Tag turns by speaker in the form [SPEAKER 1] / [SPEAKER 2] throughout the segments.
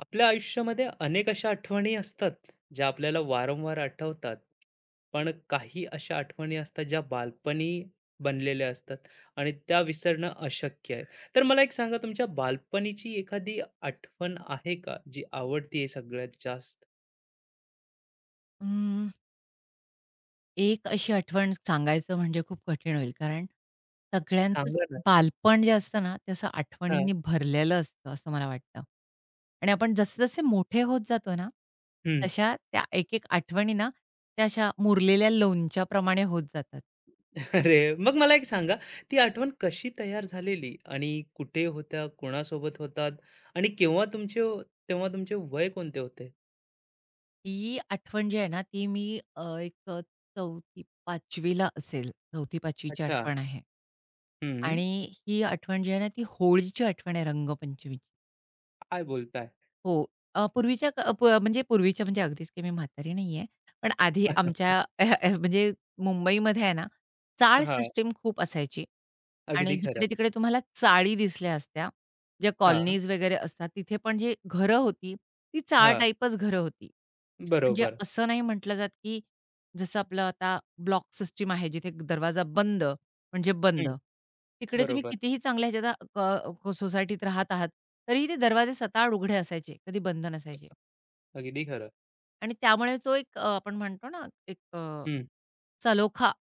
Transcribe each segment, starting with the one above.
[SPEAKER 1] आपल्या आयुष्यामध्ये अनेक अशा आठवणी असतात ज्या आपल्याला वारंवार आठवतात. पण काही अशा आठवणी असतात ज्या बालपणी बनलेल्या असतात आणि त्या विसरणं अशक्य आहे. तर मला एक सांगा, तुमच्या बालपणीची एखादी आठवण आहे का जी आवडती आहे सगळ्यात जास्त?
[SPEAKER 2] अं, एक अशी आठवण सांगायचं म्हणजे खूप कठीण होईल. कारण सगळ्यांचंच
[SPEAKER 1] सांगा ना.
[SPEAKER 2] बालपण जे असतं ना, ते असं
[SPEAKER 1] हा,
[SPEAKER 2] आठवणींनी भरलेलं असतं, असं मला वाटतं. आणि आपण जसे-जसे मोठे होत जातो ना,
[SPEAKER 1] हम्म.
[SPEAKER 2] तशा त्या एक-एक आठवणी ना, त्या अशा मुरलेल्या लोणच्याप्रमाणे होत जातात.
[SPEAKER 1] अरे मग मला एक सांगा, ती आठवण कशी तयार झालेली आणि कुठे होत्या, कोणासोबत होतात आणि केव्हा तुमचे तेव्हा तुमचे वय कोणते होते?
[SPEAKER 2] ती आठवण जी आहे ना, ती मी अ, एक अ, 4थी असेल. 4थी-5वी
[SPEAKER 1] अच्छा.
[SPEAKER 2] आठवण आहे.
[SPEAKER 1] हम्म.
[SPEAKER 2] आणि ही आठवण जी आहे ना, ती होळीची आठवण आहे रंगपंचमीची.
[SPEAKER 1] काय बोलताय?
[SPEAKER 2] हो. पूर्वीच्या म्हणजे अगदीच काही मी म्हातारी नाहीये. पण आधी आमच्या अह, अह, म्हणजे मुंबईमध्ये आहे ना, चाळ
[SPEAKER 1] हां,
[SPEAKER 2] सिस्टीम खूप असायची आणि
[SPEAKER 1] अगदी खरं.
[SPEAKER 2] जिकडे-तिकडे तुम्हाला चाळी दिसल्या असत्या. ज्या
[SPEAKER 1] हां,
[SPEAKER 2] कॉलनीज वगैरे असतात, तिथे पण जी घरं होती, ती चाळ
[SPEAKER 1] हां.
[SPEAKER 2] टाइपच घरं होती. म्हणजे
[SPEAKER 1] बरोबर.
[SPEAKER 2] असं नाही म्हटलं जात, की जसं आपलं आता ब्लॉक सिस्टीम आहे, जिथे दरवाजा बंद म्हणजे बंद.
[SPEAKER 1] हं,
[SPEAKER 2] तिकडे तुम्ही
[SPEAKER 1] बरोबर.
[SPEAKER 2] कितीही चांगल्या ह्याच्यात क सोसायटीत राहत आहात, तरीही ते दरवाजे सताड उघडे असायचे, कधी बंद नसायचे.
[SPEAKER 1] अगदी खरं.
[SPEAKER 2] आणि त्यामुळे तो एक आपण म्हणतो ना, एक
[SPEAKER 1] हं,
[SPEAKER 2] सलोखा,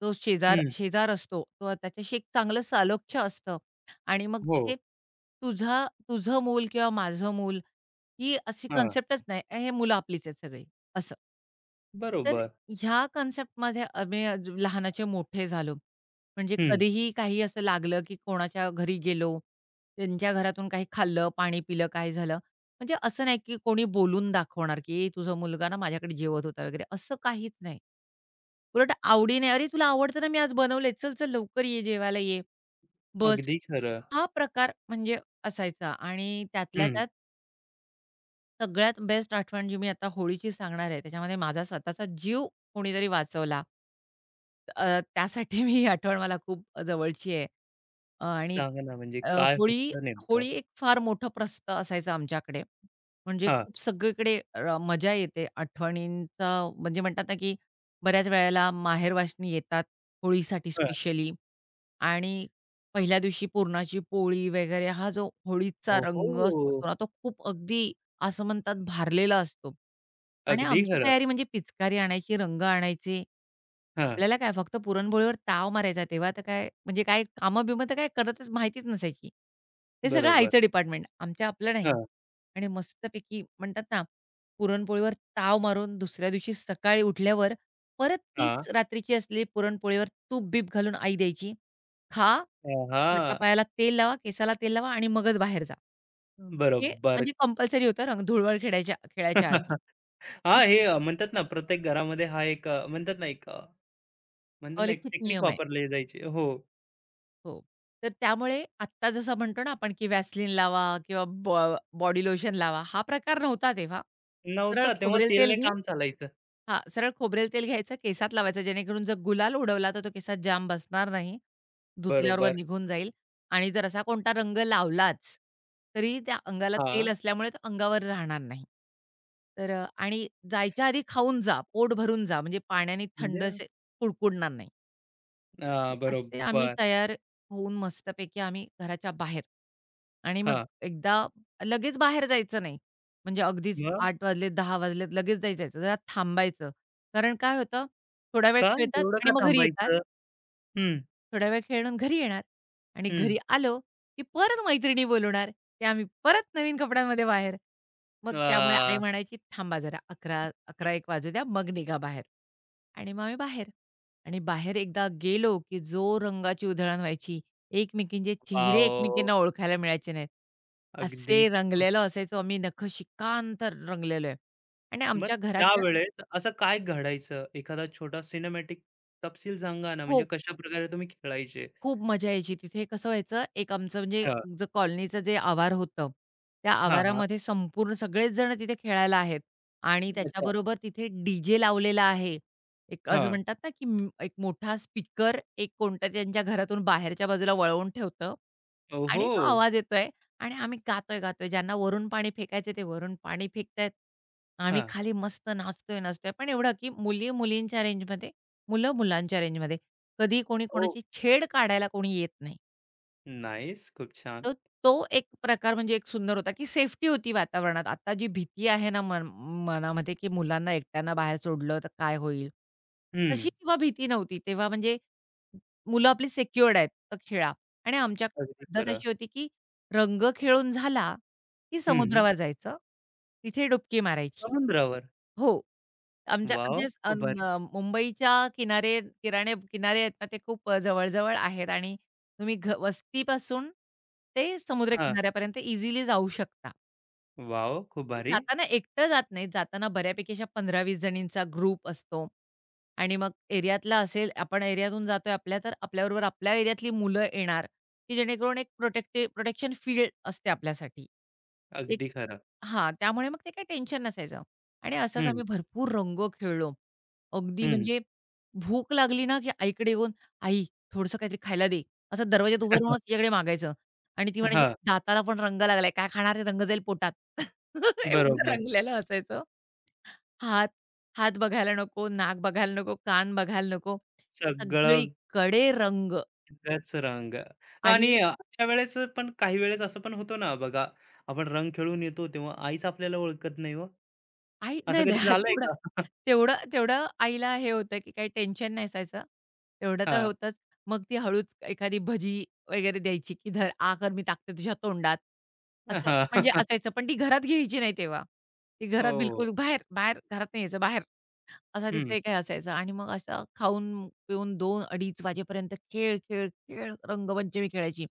[SPEAKER 2] तो शेजार
[SPEAKER 1] हं.
[SPEAKER 2] शेजार असतो. तो त्याच्याशी एक चांगलं सालोख्य असतं आणि मग
[SPEAKER 1] हो.
[SPEAKER 2] तिथे तुझं मूल किंवा माझं मूल ही अशी
[SPEAKER 1] हां,
[SPEAKER 2] कन्सेप्टच नाही. हे मुलं आपलीच आहेत सगळी असं. तर
[SPEAKER 1] बरोबर.
[SPEAKER 2] ह्या कन्सेप्टमध्ये आम्ही लहानाचे मोठे झालो. म्हणजे
[SPEAKER 1] हं,
[SPEAKER 2] कधीही काही असं लागलं, की कोणाच्या घरी गेलो, त्यांच्या घरातून काही खाल्लं, पाणी पिलं, काय झालं. म्हणजे असं नाही, की कोणी बोलून दाखवणार, की "ए, तुझा मुलगा ना माझ्याकडे जेवत होता" वगैरे असं काहीच नाही. उलट आवडीने, "अरे, तुला आवडतं ना, मी आज बनवलंय. चल, चल, लवकर ये, जेवायला ये, बस."
[SPEAKER 1] अगदी खरं.
[SPEAKER 2] हा प्रकार म्हणजे असायचा आणि त्यातल्या
[SPEAKER 1] हं.
[SPEAKER 2] त्यात सगळ्यात बेस्ट आठवण जी मी आता होळीची सांगणार आहे, त्याच्यामध्ये माझा स्वतःचा जीव कोणीतरी वाचवला. अ, त्यासाठी मी ही आठवण मला खूप जवळची आहे. आणि
[SPEAKER 1] सांगा ना, म्हणजे
[SPEAKER 2] अ,
[SPEAKER 1] काय
[SPEAKER 2] होळी
[SPEAKER 1] होतं नेमकं?
[SPEAKER 2] होळी एक फार मोठं प्रस्त असायचं आमच्याकडे. म्हणजे
[SPEAKER 1] हां,
[SPEAKER 2] खूप सगळीकडे मजा येते. आठवणींचा म्हणजे म्हणतात ना, की बऱ्याच वेळेला माहेरवासणी येतात होळीसाठी
[SPEAKER 1] हां.
[SPEAKER 2] स्पेशली. आणि पहिल्या दिवशी पुरणाची पोळी वगैरे हा जो होळीचा
[SPEAKER 1] ओहो!
[SPEAKER 2] रंग असतो ना, तो खूप अगदी असं म्हणतात भारलेला असतो. आणि
[SPEAKER 1] अगदी
[SPEAKER 2] आमची
[SPEAKER 1] खरं.
[SPEAKER 2] तयारी म्हणजे पिचकारी आणायची, रंग आणायचे.
[SPEAKER 1] हां,
[SPEAKER 2] आपल्याला काय फक्त पुरणपोळीवर ताव मारायचा. तेव्हा तर काय म्हणजे काय कामं-बिमं तर काय करतच माहितीच नसायची. ते सगळं
[SPEAKER 1] बरोबर.
[SPEAKER 2] आईचं डिपार्टमेंट. आमच्या आपलं नाही.
[SPEAKER 1] हां,
[SPEAKER 2] आणि मस्तपैकी म्हणतात ना, पुरणपोळीवर ताव मारून दुसऱ्या दिवशी सकाळी उठल्यावर परत
[SPEAKER 1] हां.
[SPEAKER 2] तीच रात्रीची असलेली पुरणपोळीवर तूप-बीप घालून आई द्यायची. खा,
[SPEAKER 1] हां,
[SPEAKER 2] हातापायाला तेल लावा, केसाला तेल लावा आणि मगच बाहेर जा. हे
[SPEAKER 1] बरोबर.
[SPEAKER 2] म्हणजे कंपल्सरी होतं रंग धुळवड खेळायच्या खेळायच्या आधी.
[SPEAKER 1] हां,
[SPEAKER 2] ही
[SPEAKER 1] हे म्हणतात ना, प्रत्येक घरामध्ये हा एक म्हणतात ना, एक म्हणतात ना, एक
[SPEAKER 2] अलिखित
[SPEAKER 1] टेक्निक
[SPEAKER 2] नियम आहे.
[SPEAKER 1] वापरली जायची. हो.
[SPEAKER 2] हो. तर त्यामुळे आत्ता जसं म्हणतो ना आपण, की व्हॅसलीन लावा किंवा बॉडी लोशन लावा, हा प्रकार नव्हता तेव्हा. सरळ
[SPEAKER 1] नव्हता तेव्हा,
[SPEAKER 2] खोबरेल तेल
[SPEAKER 1] तेलने
[SPEAKER 2] घे
[SPEAKER 1] काम चालायचं.
[SPEAKER 2] हां, सरळ खोबरेल तेल घ्यायचं, केसात लावायचं जेणेकरून जर गुलाल उडवला तर तो केसात जाम बसणार नाही. धुतल्याबरोबर
[SPEAKER 1] बरोबर.
[SPEAKER 2] निघून जाईल आणि जर असा कोणता रंग लावलाच, तरी त्या अंगाला तेल
[SPEAKER 1] हां,
[SPEAKER 2] असल्यामुळे तो अंगावर राहणार नाही. तर आणि जायच्या आधी खाऊन जा, पोट भरून जा, म्हणजे पाण्याने थंड
[SPEAKER 1] म्हणजे
[SPEAKER 2] असे कुडकुडणार नाही.
[SPEAKER 1] हां,
[SPEAKER 2] असे आम्ही
[SPEAKER 1] बरोबर.
[SPEAKER 2] तयार होऊन मस्तपैकी आम्ही घराच्या बाहेर आणि मग
[SPEAKER 1] हां,
[SPEAKER 2] एकदा लगेच बाहेर जायचं नाही. म्हणजे अगदीच
[SPEAKER 1] मग
[SPEAKER 2] 8 वाजले, 10 वाजले लगेच नाही जायचं. जरा थांबायचं. कारण काय होतं थोडा वेळ
[SPEAKER 1] का?
[SPEAKER 2] खेळतात
[SPEAKER 1] एवढं
[SPEAKER 2] आणि
[SPEAKER 1] का
[SPEAKER 2] मग घरी येतात.
[SPEAKER 1] थांबायचं? हं,
[SPEAKER 2] थोडा वेळ खेळून घरी येणार आणि
[SPEAKER 1] हं.
[SPEAKER 2] घरी आलो, की परत मैत्रिणी बोलवणार, की आम्ही परत नवीन कपड्यांमध्ये बाहेर. मग त्यामुळे आई
[SPEAKER 1] आह,
[SPEAKER 2] म्हणायची, "थांबा जरा अकरा 1100 100 वाजू द्या, मग निघा बाहेर." आणि मग आम्ही बाहेर आणि बाहेर एकदा गेलो, की जो रंगाची उधळण व्हायची. एकमेकींचे चेहरे
[SPEAKER 1] वॉव!
[SPEAKER 2] एकमेकींना ओळखायला मिळायचे नाहीत.
[SPEAKER 1] अगदी.
[SPEAKER 2] असे रंगलेलो असायचो आम्ही, नखशिकांत रंगलेलो आहे. आणि
[SPEAKER 1] मग
[SPEAKER 2] आमच्या घराच्या
[SPEAKER 1] त्यावेळेस असं काय घडायचं? एखादा छोटा सिनेमॅटिक तपशील सांगा ना, म्हणजे
[SPEAKER 2] हो.
[SPEAKER 1] कशाप्रकारे तुम्ही खेळायचे?
[SPEAKER 2] खूप मजा यायची. तिथे कसं व्हायचं, एक आमचं म्हणजे
[SPEAKER 1] हां,
[SPEAKER 2] जो कॉलनीचं जे आवार होतं, त्या
[SPEAKER 1] हां, हां.
[SPEAKER 2] आवारामध्ये संपूर्ण सगळेच जण तिथे खेळायला आहेत आणि
[SPEAKER 1] अच्छा.
[SPEAKER 2] त्याच्याबरोबर तिथे डी-जे लावलेला आहे. एक असं
[SPEAKER 1] हां.
[SPEAKER 2] म्हणतात ना, की एक मोठा स्पीकर एक कोणतरी त्यांच्या घरातून बाहेरच्या बाजूला वळवून ठेवतं
[SPEAKER 1] ओहो!
[SPEAKER 2] आणि तो आवाज येतोय आणि आम्ही गातोय, गातोय. ज्यांना वरून पाणी फेकायचं ते वरून पाणी फेकतायत. आम्ही
[SPEAKER 1] हां.
[SPEAKER 2] खाली मस्त नाचतोय, नाचतोय. पण एवढं, की मुली मुलींच्या रेंजमध्ये, मुलं मुलांच्या रेंजमध्ये. कधी कोणी
[SPEAKER 1] ओह!
[SPEAKER 2] कोणाची छेड काढायला कोणी येत नाही.
[SPEAKER 1] नाईस. खूप छान.
[SPEAKER 2] तर तो एक प्रकार म्हणजे एक सुंदर होता, की सेफ्टी होती वातावरणात. आता जी भीती आहे ना मनामध्ये, की मुलांना एकट्यांना बाहेर सोडलं तर काय होईल?
[SPEAKER 1] हं,
[SPEAKER 2] तशी तेव्हा भीती नव्हती. तेव्हा म्हणजे मुलं आपली सिक्युअर्ड आहेत, तर खेळा. आणि
[SPEAKER 1] अगदी
[SPEAKER 2] आमच्याकडे पद्धत
[SPEAKER 1] खरं.
[SPEAKER 2] अशी होती, की रंग खेळून झाला, की
[SPEAKER 1] हं,
[SPEAKER 2] समुद्रावर जायचं. तिथे डुबकी मारायची.
[SPEAKER 1] समुद्रावर.
[SPEAKER 2] हो. आमच्या
[SPEAKER 1] वॉव!
[SPEAKER 2] आमचे अ,
[SPEAKER 1] खूप भारी.
[SPEAKER 2] मुंबईच्या किनारे आहेत ना, ते खूप जवळ-जवळ आहेत आणि तुम्ही वस्तीपासून ते समुद्र किनाऱ्यापर्यंत इझिली जाऊ शकता.
[SPEAKER 1] वॉव! खूप
[SPEAKER 2] आणि
[SPEAKER 1] भारी.
[SPEAKER 2] जाताना एकटं जात नाही. जाताना बऱ्यापैकी अशा 15-20 जणींचा ग्रुप असतो आणि मग एरियातला असेल, आपण एरियातून जातोय आपल्या, तर आपल्याबरोबर आपल्या एरियातली मुलं येणार, की जेणेकरून एक प्रोटेक्शन फील्ड असते आपल्यासाठी.
[SPEAKER 1] अगदी खरं.
[SPEAKER 2] हां, त्यामुळे मग ते काही टेन्शन नसायचं आणि असंच
[SPEAKER 1] हं,
[SPEAKER 2] आम्ही भरपूर रंग खेळलो. अगदी हं.
[SPEAKER 1] हं.
[SPEAKER 2] म्हणजे भूक लागली ना, की आईकडे येऊन, "आई, थोडंसं काहीतरी खायला दे." असं दरवाजात उभं राहूनच तिच्याकडे मागायचं आणि ती म्हणायची,
[SPEAKER 1] हां,
[SPEAKER 2] "दाताला पण रंग लागलाय, काय खाणार आहे? रंग जाईल पोटात." एवढं
[SPEAKER 1] बरोबर.
[SPEAKER 2] रंगलेलं असायचं. हात हात बघायला नको, नाक बघायला नको, कान बघायला नको.
[SPEAKER 1] सगळं
[SPEAKER 2] सगळीकडे रंग
[SPEAKER 1] त्याच रंग. आणि
[SPEAKER 2] आणि
[SPEAKER 1] अशा वेळेस पण काही वेळेस असं पण होतं ना बघा, आपण रंग खेळून येतो तेव्हा आईच आपल्याला ओळखत नाही हो.
[SPEAKER 2] आई
[SPEAKER 1] असं
[SPEAKER 2] नाही, नाही.
[SPEAKER 1] कधी
[SPEAKER 2] हां,
[SPEAKER 1] झालंय
[SPEAKER 2] तेवढं
[SPEAKER 1] का?
[SPEAKER 2] तेवढं तेवढं आईला हे होतं, की काही टेन्शन नाही असायचं. तेवढं तर
[SPEAKER 1] हां.
[SPEAKER 2] होतंच. मग ती हळूच एखादी भजी वगैरे द्यायची, की "धर, आ कर मी टाकते तुझ्या तोंडात." असं
[SPEAKER 1] हां.
[SPEAKER 2] म्हणजे असायचं. पण ती घरात घ्यायची नाही तेव्हा. ती घरात
[SPEAKER 1] हो.
[SPEAKER 2] बिलकुल "बाहेर, बाहेर, घरात नाही यायचं, बाहेर." असा
[SPEAKER 1] हं,
[SPEAKER 2] तिचं एक हे असायचं आणि मग असं खाऊन पिऊन 2-2:30 वाजेपर्यंत खेळ, खेळ, खेळ रंगपंचमी खेळायची.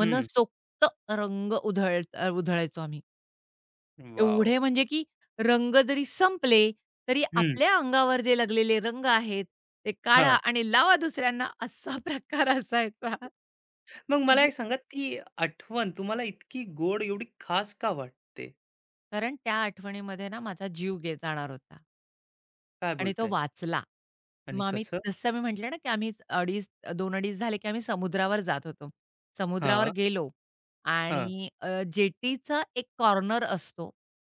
[SPEAKER 1] हं.
[SPEAKER 2] रंग उधळायचो आम्ही.
[SPEAKER 1] वॉव!
[SPEAKER 2] एवढे म्हणजे की रंग जरी संपले, तरी
[SPEAKER 1] हं.
[SPEAKER 2] आपल्या अंगावर जे लागलेले रंग आहेत, ते काढा
[SPEAKER 1] हां.
[SPEAKER 2] आणि लावा दुसऱ्यांना असा प्रकार असायचा.
[SPEAKER 1] मग मला
[SPEAKER 2] म्हणजे
[SPEAKER 1] एक सांगा, ती आठवण तुम्हाला इतकी गोड, एवढी खास का वाटते?
[SPEAKER 2] कारण त्या आठवणीमध्ये ना माझा जीव जाणार होता
[SPEAKER 1] काय
[SPEAKER 2] आणि तो
[SPEAKER 1] बोलताय?
[SPEAKER 2] वाचला.
[SPEAKER 1] आणि
[SPEAKER 2] मग आम्ही
[SPEAKER 1] कसं?
[SPEAKER 2] जसं मी म्हटलं ना, की आम्ही अडीच झाले, की आम्ही समुद्रावर जात होतो. समुद्रावर
[SPEAKER 1] हां,
[SPEAKER 2] गेलो
[SPEAKER 1] हां.
[SPEAKER 2] आणि जेटीचा एक कॉर्नर असतो,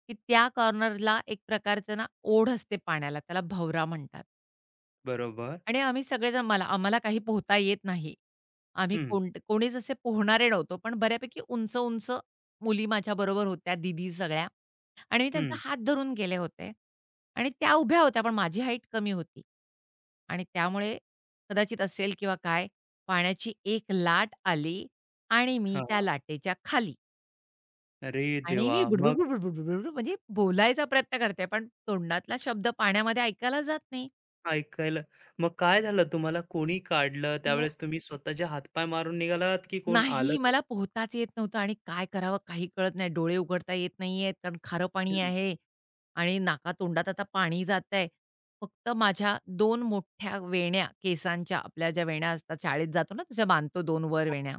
[SPEAKER 2] की त्या कॉर्नरला एक प्रकारचं ना ओढ असते पाण्याला, त्याला भवरा म्हणतात.
[SPEAKER 1] बरोबर.
[SPEAKER 2] आणि आम्ही सगळेजण आम्हाला काही पोहता येत नाही. आम्ही
[SPEAKER 1] हं,
[SPEAKER 2] कोणीच असे पोहणारे नव्हतो. पण बऱ्यापैकी उंच-उंच मुली माझ्याबरोबर होत्या, दीदी सगळ्या आणि मी त्यांचा
[SPEAKER 1] हं.
[SPEAKER 2] हात धरून गेले होते आणि त्या उभ्या होत्या, पण माझी हाईट कमी होती आणि त्यामुळे कदाचित असेल किंवा काय, पाण्याची एक लाट आली आणि मी त्या
[SPEAKER 1] हां.
[SPEAKER 2] लाटेच्या खाली
[SPEAKER 1] अरे
[SPEAKER 2] आणि
[SPEAKER 1] देवा!
[SPEAKER 2] मी
[SPEAKER 1] मग
[SPEAKER 2] बुडबुड-बुडबुड-बुडबुड म्हणजे बोलायचा प्रयत्न करते, पण तोंडातला शब्द पाण्यामध्ये ऐकायला जात नाही.
[SPEAKER 1] ऐकायला मग काय झालं, तुम्हाला कोणी काढलं? त्यावेळेस तुम्ही स्वतःचे हातपाय मारून निघालात की कोण आलं?
[SPEAKER 2] नाही, मला पोहताच येत नव्हतं आणि काय करावं काही कळत नाही. डोळे उघडता येत नाहीयेत, कारण खारं पाणी
[SPEAKER 1] हं.
[SPEAKER 2] आहे आणि नाकातोंडात आता पाणी जातंय. फक्त माझ्या दोन मोठ्या वेण्या केसांच्या, आपल्या ज्या वेण्या असतात शाळेत जातो ना तशा बांधतो 2 वर
[SPEAKER 1] हो.
[SPEAKER 2] वेण्या,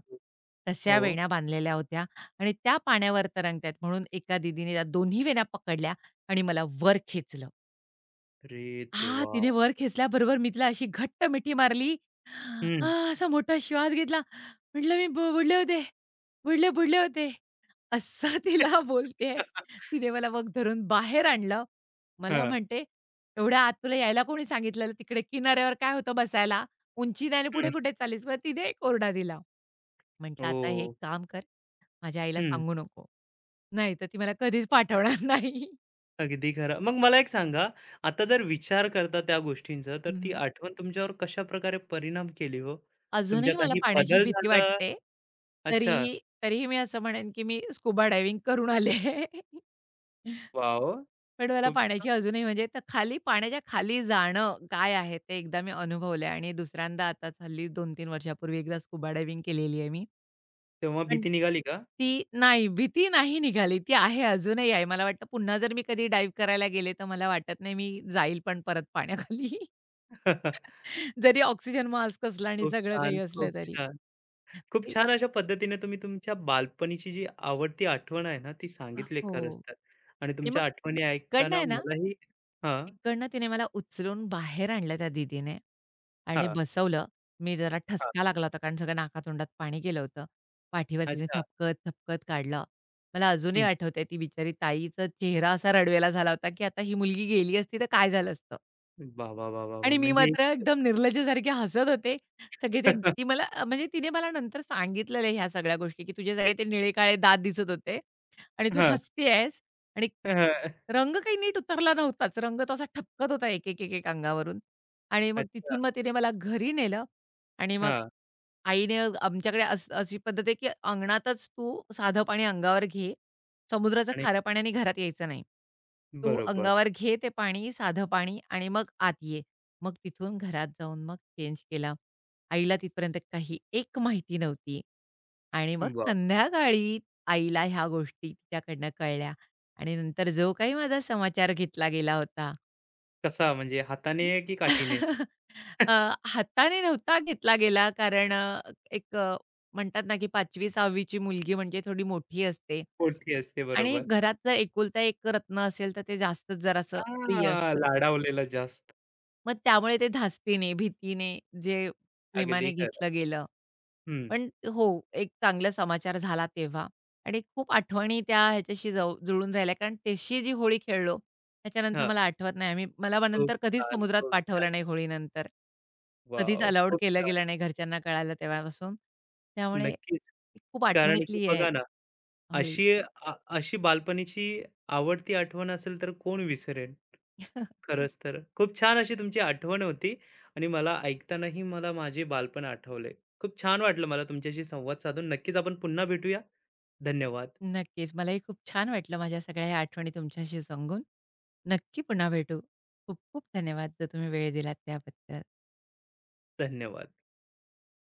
[SPEAKER 2] तशा
[SPEAKER 1] हो.
[SPEAKER 2] वेण्या बांधलेल्या होत्या आणि त्या पाण्यावर तरंगतायत म्हणून एका दीदीने त्या दोन्ही वेण्या पकडल्या आणि मला वर खेचलं.
[SPEAKER 1] अरे
[SPEAKER 2] हां,
[SPEAKER 1] देवा!
[SPEAKER 2] तिने वर खेचल्याबरोबर मी तिला अशी घट्ट मिठी मारली.
[SPEAKER 1] हं.
[SPEAKER 2] आह, असा मोठा श्वास घेतला. म्हटलं मी बुडले होते, बुडले, बुडले होते. असं तिला बोलतेय. तिने मला मग धरून बाहेर आणलं. मला
[SPEAKER 1] हां.
[SPEAKER 2] म्हणते, "एवढ्या आत तुला यायला कोणी सांगितलेलं? तिकडे किनाऱ्यावर काय होतं बसायला? उंची नाही आणि
[SPEAKER 1] हं.
[SPEAKER 2] पुढे कुठे चाललीस?" मग तिने एक ओरडा दिला. म्हटलं, "आता हे एक
[SPEAKER 1] हो.
[SPEAKER 2] काम कर, माझ्या आईला
[SPEAKER 1] हं.
[SPEAKER 2] सांगू नको. नाही तर ती मला कधीच पाठवणार नाही."
[SPEAKER 1] अगदी खरं. मग मला एक सांगा, आता जर विचार करता त्या गोष्टींचा, तर ती
[SPEAKER 2] हं,
[SPEAKER 1] आठवण तुमच्यावर कशाप्रकारे परिणाम केली हो? तुमच्या
[SPEAKER 2] अजूनही मला
[SPEAKER 1] काही
[SPEAKER 2] पाण्याची
[SPEAKER 1] बदल
[SPEAKER 2] भीती
[SPEAKER 1] झाला?
[SPEAKER 2] वाटते.
[SPEAKER 1] अच्छा.
[SPEAKER 2] तरीही तरीही मी असं म्हणेन, की मी स्कुबा डायव्हिंग करून आले.
[SPEAKER 1] वाव.
[SPEAKER 2] पण मला
[SPEAKER 1] खूप
[SPEAKER 2] पाण्याची
[SPEAKER 1] छान.
[SPEAKER 2] अजूनही म्हणजे तर खाली पाण्याच्या खाली जाणं काय आहे ते एकदा मी अनुभवलंय आणि दुसऱ्यांदा आताच हल्ली 2-3 वर्षापूर्वी एकदा स्कुबा डायव्हिंग केलेली आहे मी.
[SPEAKER 1] तेव्हा
[SPEAKER 2] पण
[SPEAKER 1] भीती निघाली का?
[SPEAKER 2] ती नाही, भीती नाही निघाली. ती आहे, अजूनही आहे. मला वाटतं पुन्हा जर मी कधी डाईव्ह करायला गेले, तर मला वाटत नाही मी जाईल पण परत पाण्याखाली. जरी ऑक्सिजन मास्क असला आणि
[SPEAKER 1] खूप
[SPEAKER 2] सगळं काही
[SPEAKER 1] छान,
[SPEAKER 2] असलं
[SPEAKER 1] खूप
[SPEAKER 2] तरी.
[SPEAKER 1] छान. खूप छान अशा पद्धतीने तुम्ही तुमच्या बालपणीची जी आवडती आठवण आहे ना, ती सांगितली खरंच
[SPEAKER 2] हो.
[SPEAKER 1] तर. आणि
[SPEAKER 2] आणि मग
[SPEAKER 1] तुमच्या आठवणी
[SPEAKER 2] तिकडनं
[SPEAKER 1] ऐकताना
[SPEAKER 2] आहे ना,
[SPEAKER 1] मलाही हां,
[SPEAKER 2] तिकडनं तिने मला उचलून बाहेर आणलं त्या दीदीने आणि
[SPEAKER 1] हां,
[SPEAKER 2] बसवलं. मी जरा
[SPEAKER 1] हां.
[SPEAKER 2] ठसका लागला होता कारण सगळं नाकातोंडात पाणी गेलं होतं. पाठीवर तिने
[SPEAKER 1] अच्छा.
[SPEAKER 2] थपकत, थपकत काढलं. मला अजूनही
[SPEAKER 1] हं.
[SPEAKER 2] आठवतंय ती बिचारी ताईचा चेहरा असा रडवेला झाला होता, की आता ही मुलगी गेली असती तर काय झालं असतं?
[SPEAKER 1] वाह, वाह, वाह, वाह, वाह!
[SPEAKER 2] आणि मी
[SPEAKER 1] म्हणजे
[SPEAKER 2] मात्र एकदम निर्लज्जसारखी हसत होते. सगळे ते ती मला म्हणजे तिने मला नंतर सांगितलेलं ह्या सगळ्या गोष्टी, की तुझे सगळे ते निळे-काळे दात दिसत होते आणि तू
[SPEAKER 1] हां,
[SPEAKER 2] हसते आहेस आणि
[SPEAKER 1] हां.
[SPEAKER 2] रंग काही नीट उतरला नव्हताच. रंग तो असा ठपकत होता एक, एक, एक, एक अंगावरून आणि मग
[SPEAKER 1] अच्छा.
[SPEAKER 2] तिथून मग तिने मला घरी नेलं आणि मग
[SPEAKER 1] हां.
[SPEAKER 2] आईने आमच्याकडे अशी पद्धत आहे, की अंगणातच तू साधं पाणी अंगावर घे. समुद्राचं
[SPEAKER 1] आणि
[SPEAKER 2] खारं पाण्याने घरात यायचं नाही. तू
[SPEAKER 1] बरोबर.
[SPEAKER 2] अंगावर घे ते पाणी, साधं पाणी आणि मग आत ये. मग तिथून घरात जाऊन मग चेंज केला. आईला तिथपर्यंत काही एक माहिती नव्हती आणि मग
[SPEAKER 1] वाह!
[SPEAKER 2] संध्याकाळी आईला ह्या गोष्टी तिच्याकडनं कळल्या आणि नंतर जो काही माझा समाचार घेतला गेला होता,
[SPEAKER 1] कसा, म्हणजे हाताने की काठीने?
[SPEAKER 2] हं. हाताने नव्हता घेतला गेला कारण एक अ, म्हणतात ना, की 5वी-6वी ची मुलगी म्हणजे थोडी मोठी असते
[SPEAKER 1] मोठी असते,
[SPEAKER 2] आणि
[SPEAKER 1] बरोबर.
[SPEAKER 2] घरातलं एकुलता एक रत्न असेल तर ते जास्तच जरासं प्रिय
[SPEAKER 1] हां,
[SPEAKER 2] असतं.
[SPEAKER 1] लाडावलेला जास्त.
[SPEAKER 2] मग त्यामुळे ते धास्तीने, भीतीने जे
[SPEAKER 1] अगदी
[SPEAKER 2] प्रेमाने
[SPEAKER 1] खरं.
[SPEAKER 2] घेतलं गेलं.
[SPEAKER 1] हं.
[SPEAKER 2] पण हो, एक चांगला समाचार झाला तेव्हा आणि खूप आठवणी त्या ह्याच्याशी जुळून राहिल्या कारण तशी जी होळी खेळलो, त्याच्यानंतर
[SPEAKER 1] हां.
[SPEAKER 2] मला आठवत नाही आम्ही मला मग
[SPEAKER 1] खूप
[SPEAKER 2] नंतर कधीच
[SPEAKER 1] छान,
[SPEAKER 2] समुद्रात
[SPEAKER 1] खूप छान.
[SPEAKER 2] पाठवलं नाही होळीनंतर. कधीच
[SPEAKER 1] वॉव!
[SPEAKER 2] अलाउड
[SPEAKER 1] खूप
[SPEAKER 2] केलं
[SPEAKER 1] छान.
[SPEAKER 2] गेलं नाही घरच्यांना कळालं तेव्हापासून. त्यामुळे
[SPEAKER 1] नक्कीच.
[SPEAKER 2] खूप
[SPEAKER 1] कारण की
[SPEAKER 2] आठवणीतली आहे
[SPEAKER 1] बघा ना,
[SPEAKER 2] होळी.
[SPEAKER 1] अशी अ, अशी बालपणीची आवडती आठवण असेल तर कोण विसरेल? खरंच तर. खूप छान अशी तुमची आठवण होती आणि मला ऐकतानाही मला माझे बालपण आठवले. खूप छान वाटलं मला तुमच्याशी संवाद साधून. नक्कीच आपण पुन्हा भेटूया. धन्यवाद.
[SPEAKER 2] नक्कीच. मलाही खूप छान वाटलं माझ्या सगळ्या ह्या आठवणी तुमच्याशी सांगून. नक्की पुन्हा भेटू. खूप खूप धन्यवाद, जो तुम्ही वेळ दिलात त्याबद्दल.
[SPEAKER 1] धन्यवाद.